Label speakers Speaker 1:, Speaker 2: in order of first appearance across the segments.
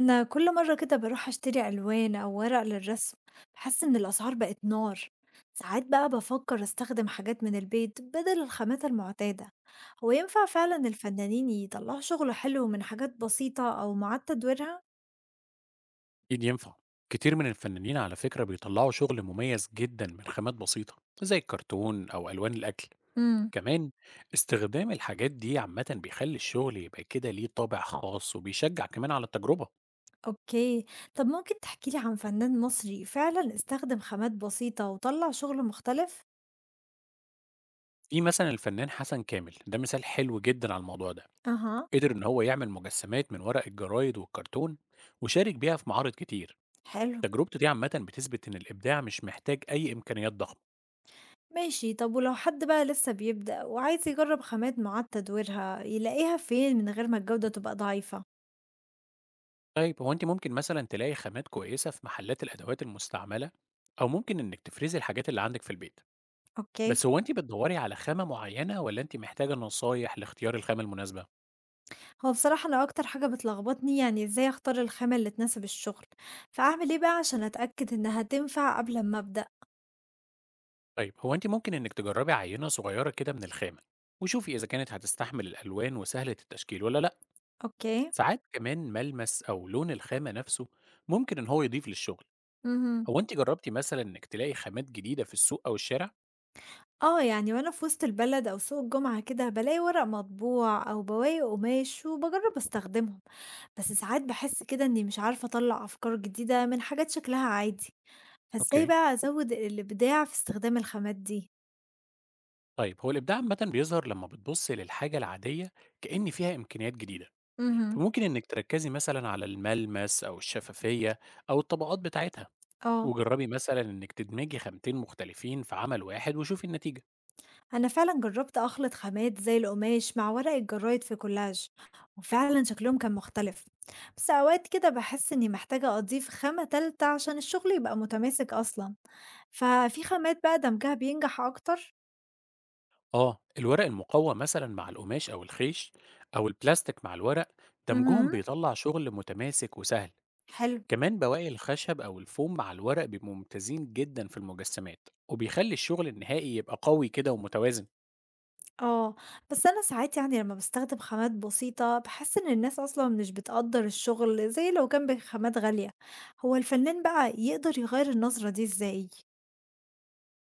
Speaker 1: أنا كل مرة كده باروح أشتري ألوان أو ورق للرسم. بحس إن الأسعار بقت نار. ساعات بقى بفكر أستخدم حاجات من البيت بدل الخامات المعتادة. هو ينفع فعلا الفنانين يطلعوا شغل حلو من حاجات بسيطة أو معاد تدويرها؟
Speaker 2: أكيد ينفع. كتير من الفنانين على فكرة بيطلعوا شغل مميز جدا من خامات بسيطة زي الكرتون أو ألوان الأكل.
Speaker 1: امم
Speaker 2: كمان استخدام الحاجات دي عامة بيخلي الشغل يبقى كده ليه طابع خاص وبيشجع كمان على التجربة.
Speaker 1: أوكي. طب ممكن تحكيلي عن فنان مصري فعلا استخدم خامات بسيطة وطلع شغل مختلف؟
Speaker 2: في مثلا الفنان حسن كامل، ده مثال حلو جدا على الموضوع ده.
Speaker 1: أها.
Speaker 2: قدر إن هو يعمل مجسمات من ورق الجرايد والكرتون وشارك بيها في معارض كتير.
Speaker 1: حلو.
Speaker 2: تجربته دي عامة بتثبت إن الإبداع مش محتاج أي إمكانيات ضخمة.
Speaker 1: ماشي. طب ولو حد بقى لسه بيبدأ وعايز يجرب خامات معاد تدويرها، يلاقيها فين من غير ما الجودة تبقى ضعيفة؟
Speaker 2: طيب هو أنتِ ممكن مثلًا تلاقي خامات كويسة في محلات الأدوات المستعملة، أو ممكن إنِّك تفرزي الحاجات اللي عندِك في البيت.
Speaker 1: اوكي.
Speaker 2: بس هو أنتِ بتدوّري على خامة معيّنة والّا أنتِ محتاجة نصايح لاختيار الخامة المناسبة؟
Speaker 1: هو بصراحة انا اكتر حاجة بتلخبطني يعني ازاي اختار الخامة اللي تناسب الشغل، فاعمل ايه بقى عشان اتأكد انها تنفع قبل ما ابدأ؟
Speaker 2: طيب هو أنتِ ممكن إنِّك تجرّبي عينة صغيرة كده من الخامة، وشوفي إذا كانت هتستحمل الألوان وسهلة التشكيل والّا لأ.
Speaker 1: اوكي.
Speaker 2: ساعات كمان ملمس أو لون الخامة نفسه ممكن إن هو يضيف للشغل.
Speaker 1: امم
Speaker 2: هو أنتِ جرّبتِ مثلًا إنِّك تلاقي خامات جديدة في السوق أو الشارع؟
Speaker 1: اه يعني وانا في وسط البلد او سوق الجمعة كده بلاقي ورق مطبوع او بواقي قماش وبجرب استخدمهم. بس ساعات بحس كده اني مش عارفة اطلع افكار جديدة من حاجات شكلها عادي. فإزاي
Speaker 2: أوكي.
Speaker 1: بقى أزوّد الإبداع في استخدام الخامات دي؟
Speaker 2: طيب هو الإبداع عامة بيظهر لما بتبص للحاجة العادية كأن فيها إمكانيات جديدة،
Speaker 1: اهم.
Speaker 2: فممكن إنك تركزي مثلا على الملمس أو الشفافية أو الطبقات بتاعتها.
Speaker 1: آه،
Speaker 2: وجربي مثلا إنك تدمجي خامتين مختلفين في عمل واحد وشوفي النتيجة.
Speaker 1: أنا فعلًا جرّبت أخلط خامات زي القماش مع ورق الجرايد في كولاج، وفعلًا شكلهم كان مختلف، بس أوقات كده باحس إني محتاجة أضيف خامة تالتة عشان الشغل يبقى متماسك أصلًا. ففي خامات بقى دمجها بينجح أكتر؟
Speaker 2: آه، الورق المقوى مثلا مع القماش أو الخيش، أو البلاستيك مع الورق، دمجهم
Speaker 1: اهم.
Speaker 2: بيطلع شغل متماسك وسهل.
Speaker 1: حلو.
Speaker 2: كمان بواقي الخشب أو الفوم مع الورق بيبقوا ممتازين جدا في المجسمات، وبيخلي الشغل النهائي يبقى قوي كده ومتوازن.
Speaker 1: آه، بس أنا ساعات يعني لمّا باستخدم خامات بسيطة، باحس إن الناس أصلًا مش بتقدّر الشغل زي لو كان بخامات غالية. هو الفنان بقى يقدر يغيّر النظرة دي إزاي؟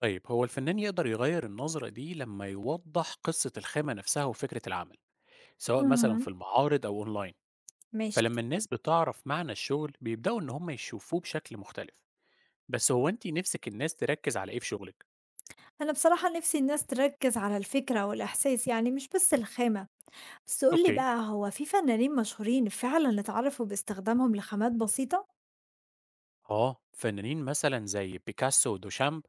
Speaker 2: طيب هو الفنان يقدر يغير النظرة دي لما يوضح قصة الخامة نفسها وفكرة العمل، سواء مثلا في
Speaker 1: اهم،
Speaker 2: المعارض أو أونلاين.
Speaker 1: ماشي.
Speaker 2: فلما الناس بتعرف معنى الشغل بيبدأوا إن هم يشوفوه بشكل مختلف. بس هو أنت نفسك الناس تركز على إيه في شغلك؟
Speaker 1: أنا بصراحة نِفْسي الناس تركّز على الفكرة والإحساس، يعني مش بس الخامة. بس قُل لي
Speaker 2: أوكي.
Speaker 1: بقى، هو في فنانين مشهورين فعلًا اتعرفوا باستخدامهم لخامات بسيطة؟
Speaker 2: آه، فنانين مثلا زي بيكاسو ودوشامب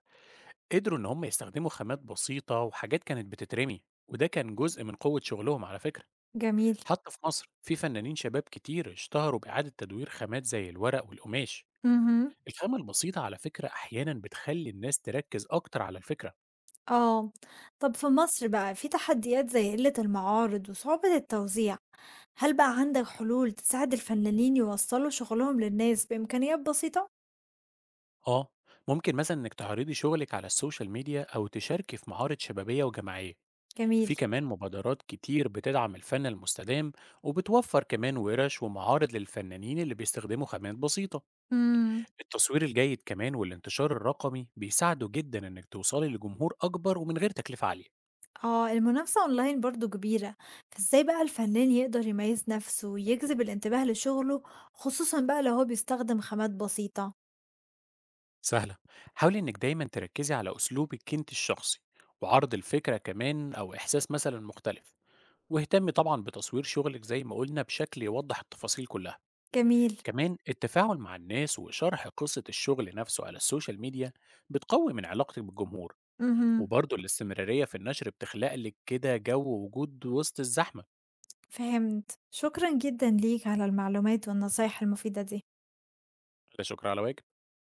Speaker 2: قدروا إن هم يستخدموا خامات بسيطة وحاجات كانت بتترمي، وده كان جزء من قوة شغلهم على فكرة.
Speaker 1: جميل.
Speaker 2: حتى في مصر في فنانين شباب كتير اشتهروا بإعادة تدوير خامات زي الورق والقماش.
Speaker 1: اهم.
Speaker 2: الخامة البسيطة على فكرة أحيانا بتخلي الناس تركز أكتر على الفكرة.
Speaker 1: آه، طَب في مصر بقى في تحديات زي قِلّة المعارض وصعوبة التوزيع. هل بقى عندك حلول تساعد الفنانين يوصلوا شغلهم للناس بإمكانيات بسيطة؟
Speaker 2: آه، ممكن مثلا إنك تعرضي شغلك على السوشيال ميديا أو تشاركي في معارض شبابية وجماعية.
Speaker 1: جميل.
Speaker 2: في كمان مبادرات كتير بتدعم الفن المستدام وبتوفر كمان ورش ومعارض للفنانين اللي بيستخدموا خامات بسيطة.
Speaker 1: امم
Speaker 2: التصوير الجيد كمان والانتشار الرقمي بيساعدوا جدا إنك توصلي لجمهور أكبر ومن غير تكلفة عالية.
Speaker 1: اه المنافسة اونلاين برضو كبيرة. فازاي بقى الفنان يقدر يميز نفسه ويجذب الانتباه لشغله، خصوصا بقى لو هو بيستخدم خامات بسيطة؟
Speaker 2: سهلة، حاولي إنك دايما تركزي على أسلوبك أنت الشخصي وعرض الفكرة كمان أو إحساس مثلا مختلف. واهتم طبعا بتصوير شغلك زي ما قلنا بشكل يوضح التفاصيل كلها.
Speaker 1: جميل.
Speaker 2: كمان التفاعل مع الناس وشرح قصة الشغل نفسه على السوشيال ميديا بتقوي من علاقتك بالجمهور.
Speaker 1: امم
Speaker 2: وبرضه الاستمرارية في النشر بتخلق لك كده جو وجود وسط الزحمة.
Speaker 1: فهمت. شكرا جدا ليك على المعلومات والنصايح المفيدة دي.
Speaker 2: لا شكر على واجب.